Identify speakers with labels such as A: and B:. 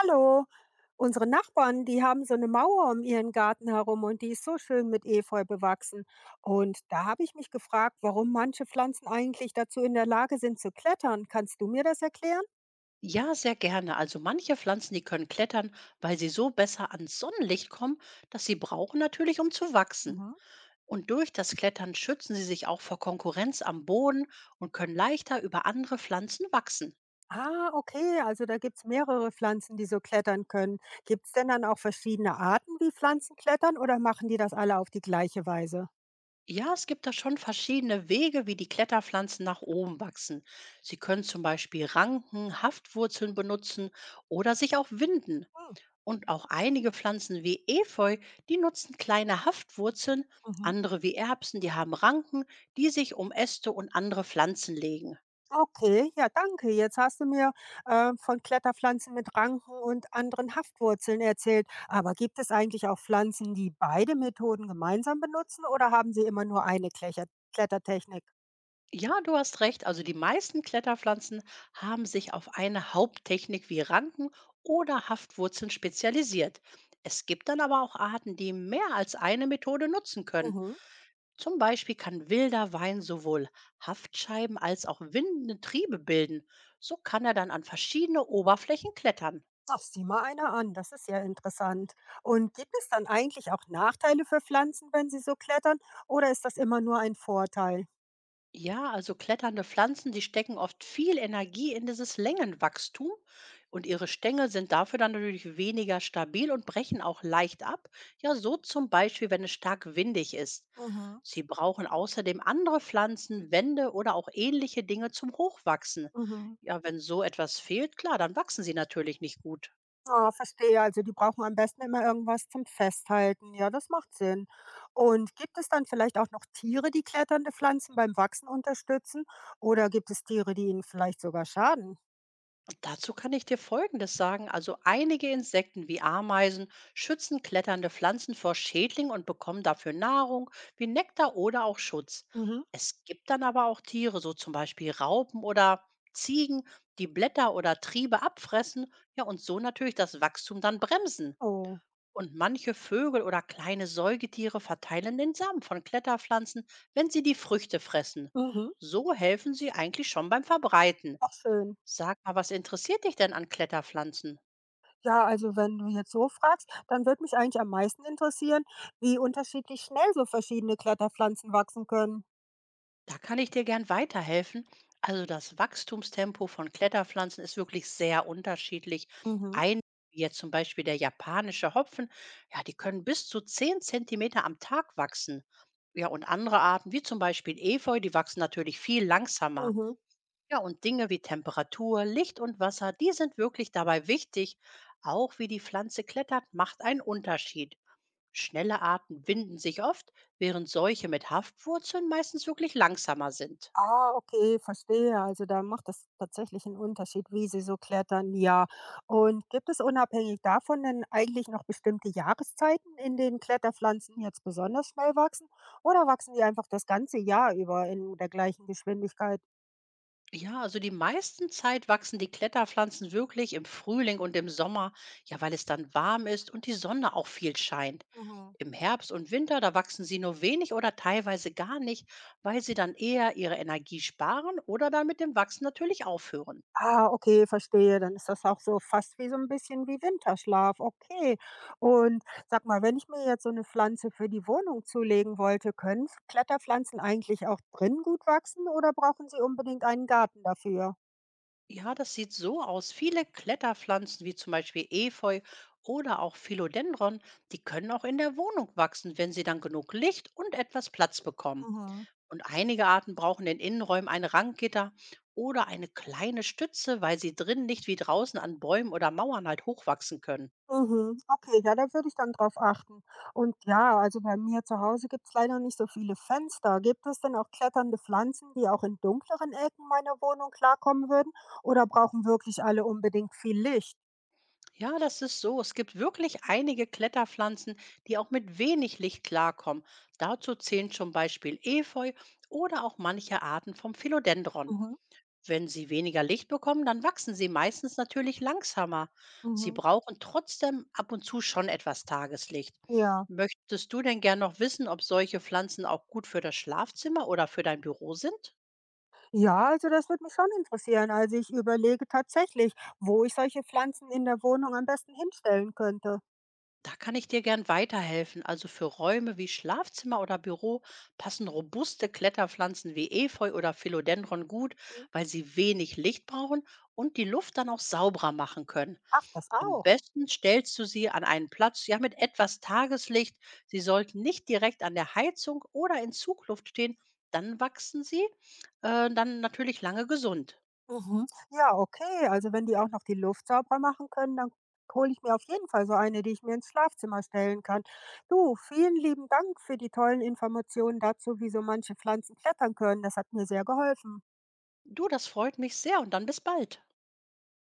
A: Hallo, unsere Nachbarn, die haben so eine Mauer um ihren Garten herum und die ist so schön mit Efeu bewachsen. Und da habe ich mich gefragt, warum manche Pflanzen eigentlich dazu in der Lage sind zu klettern. Kannst du mir das erklären?
B: Ja, sehr gerne. Also manche Pflanzen, die können klettern, weil sie so besser ans Sonnenlicht kommen, dass sie brauchen natürlich, um zu wachsen.
A: Mhm.
B: Und durch das Klettern schützen sie sich auch vor Konkurrenz am Boden und können leichter über andere Pflanzen wachsen.
A: Ah, okay, also da gibt es mehrere Pflanzen, die so klettern können. Gibt es denn dann auch verschiedene Arten, wie Pflanzen klettern oder machen die das alle auf die gleiche Weise?
B: Ja, es gibt da schon verschiedene Wege, wie die Kletterpflanzen nach oben wachsen. Sie können zum Beispiel Ranken, Haftwurzeln benutzen oder sich auch winden.
A: Hm.
B: Und auch einige Pflanzen wie Efeu, die nutzen kleine Haftwurzeln,
A: Mhm.
B: andere wie Erbsen, die haben Ranken, die sich um Äste und andere Pflanzen legen.
A: Okay, ja, danke. Jetzt hast du mir von Kletterpflanzen mit Ranken und anderen Haftwurzeln erzählt. Aber gibt es eigentlich auch Pflanzen, die beide Methoden gemeinsam benutzen oder haben sie immer nur eine Klecher Klettertechnik?
B: Ja, du hast recht, also die meisten Kletterpflanzen haben sich auf eine Haupttechnik wie Ranken oder Haftwurzeln spezialisiert. Es gibt dann aber auch Arten, die mehr als eine Methode nutzen können.
A: Mhm.
B: Zum Beispiel kann wilder Wein sowohl Haftscheiben als auch windende Triebe bilden. So kann er dann an verschiedene Oberflächen klettern.
A: Ach, sieh mal einer an. Das ist ja interessant. Und gibt es dann eigentlich auch Nachteile für Pflanzen, wenn sie so klettern? Oder ist das immer nur ein Vorteil?
B: Ja, also kletternde Pflanzen, die stecken oft viel Energie in dieses Längenwachstum und ihre Stängel sind dafür dann natürlich weniger stabil und brechen auch leicht ab. Ja, so zum Beispiel, wenn es stark windig ist.
A: Mhm.
B: Sie brauchen außerdem andere Pflanzen, Wände oder auch ähnliche Dinge zum Hochwachsen.
A: Mhm.
B: Ja, wenn so etwas fehlt, klar, dann wachsen sie natürlich nicht gut.
A: Ah, verstehe. Also die brauchen am besten immer irgendwas zum Festhalten. Ja, das macht Sinn. Und gibt es dann vielleicht auch noch Tiere, die kletternde Pflanzen beim Wachsen unterstützen? Oder gibt es Tiere, die ihnen vielleicht sogar schaden?
B: Dazu kann ich dir Folgendes sagen. Also einige Insekten wie Ameisen schützen kletternde Pflanzen vor Schädlingen und bekommen dafür Nahrung wie Nektar oder auch Schutz.
A: Mhm.
B: Es gibt dann aber auch Tiere, so zum Beispiel Raupen oder Ziegen, die Blätter oder Triebe abfressen, ja, und so natürlich das Wachstum dann bremsen.
A: Oh,
B: Und manche Vögel oder kleine Säugetiere verteilen den Samen von Kletterpflanzen, wenn sie die Früchte fressen.
A: mhm.
B: So helfen sie eigentlich schon beim Verbreiten.
A: Auch schön.
B: Sag mal, was interessiert dich denn an Kletterpflanzen?
A: Ja, also wenn du jetzt so fragst, dann würde mich eigentlich am meisten interessieren, wie unterschiedlich schnell so verschiedene Kletterpflanzen wachsen können.
B: Da kann ich dir gern weiterhelfen. Also das Wachstumstempo von Kletterpflanzen ist wirklich sehr unterschiedlich.
A: Mhm.
B: Ein, wie jetzt zum Beispiel der japanische Hopfen, ja, die können bis zu 10 Zentimeter am Tag wachsen. Ja, und andere Arten, wie zum Beispiel Efeu, die wachsen natürlich viel langsamer.
A: Mhm.
B: Ja, und Dinge wie Temperatur, Licht und Wasser, die sind wirklich dabei wichtig. Auch wie die Pflanze klettert, macht einen Unterschied. Schnelle Arten winden sich oft, während solche mit Haftwurzeln meistens wirklich langsamer sind.
A: Ah, okay, verstehe. Also da macht es tatsächlich einen Unterschied, wie sie so klettern, ja. Und gibt es unabhängig davon denn eigentlich noch bestimmte Jahreszeiten, in denen Kletterpflanzen jetzt besonders schnell wachsen? Oder wachsen die einfach das ganze Jahr über in der gleichen Geschwindigkeit?
B: Ja, also die meisten Zeit wachsen die Kletterpflanzen wirklich im Frühling und im Sommer, ja, weil es dann warm ist und die Sonne auch viel scheint.
A: Mhm.
B: Im Herbst und Winter, da wachsen sie nur wenig oder teilweise gar nicht, weil sie dann eher ihre Energie sparen oder dann mit dem Wachsen natürlich aufhören.
A: Ah, okay, verstehe. Dann ist das auch so fast wie so ein bisschen wie Winterschlaf, okay. Und sag mal, wenn ich mir jetzt so eine Pflanze für die Wohnung zulegen wollte, können Kletterpflanzen eigentlich auch drin gut wachsen oder brauchen sie unbedingt einen Garten dafür?
B: Ja, das sieht so aus. Viele Kletterpflanzen wie zum Beispiel Efeu oder auch Philodendron, die können auch in der Wohnung wachsen, wenn sie dann genug Licht und etwas Platz bekommen.
A: Mhm.
B: Und einige Arten brauchen in Innenräumen ein Ranggitter oder eine kleine Stütze, weil sie drinnen nicht wie draußen an Bäumen oder Mauern halt hochwachsen können.
A: Mhm, okay, ja, da würde ich dann drauf achten. Und ja, also bei mir zu Hause gibt's leider nicht so viele Fenster. Gibt es denn auch kletternde Pflanzen, die auch in dunkleren Ecken meiner Wohnung klarkommen würden oder brauchen wirklich alle unbedingt viel Licht?
B: Ja, das ist so. Es gibt wirklich einige Kletterpflanzen, die auch mit wenig Licht klarkommen. Dazu zählen zum Beispiel Efeu oder auch manche Arten vom Philodendron.
A: Mhm,
B: Wenn sie weniger Licht bekommen, dann wachsen sie meistens natürlich langsamer. Sie
A: mhm.
B: brauchen trotzdem ab und zu schon etwas Tageslicht.
A: Ja.
B: Möchtest du denn gern noch wissen, ob solche Pflanzen auch gut für das Schlafzimmer oder für dein Büro sind?
A: Ja, also das würde mich schon interessieren. Also ich überlege tatsächlich, wo ich solche Pflanzen in der Wohnung am besten hinstellen könnte.
B: Da kann ich dir gern weiterhelfen. Also für Räume wie Schlafzimmer oder Büro passen robuste Kletterpflanzen wie Efeu oder Philodendron gut,
A: Mhm.
B: weil sie wenig Licht brauchen und die Luft dann auch sauberer machen können.
A: Ach, das
B: Am
A: auch.
B: besten stellst du sie an einen Platz, ja, mit etwas Tageslicht. Sie sollten nicht direkt an der Heizung oder in Zugluft stehen, dann wachsen sie dann natürlich lange gesund.
A: Mhm. Ja, okay. Also wenn die auch noch die Luft sauber machen können, dann hole ich mir auf jeden Fall so eine, die ich mir ins Schlafzimmer stellen kann. Du, vielen lieben Dank für die tollen Informationen dazu, wie so manche Pflanzen klettern können. Das hat mir sehr geholfen.
B: Du, das freut mich sehr und dann bis bald.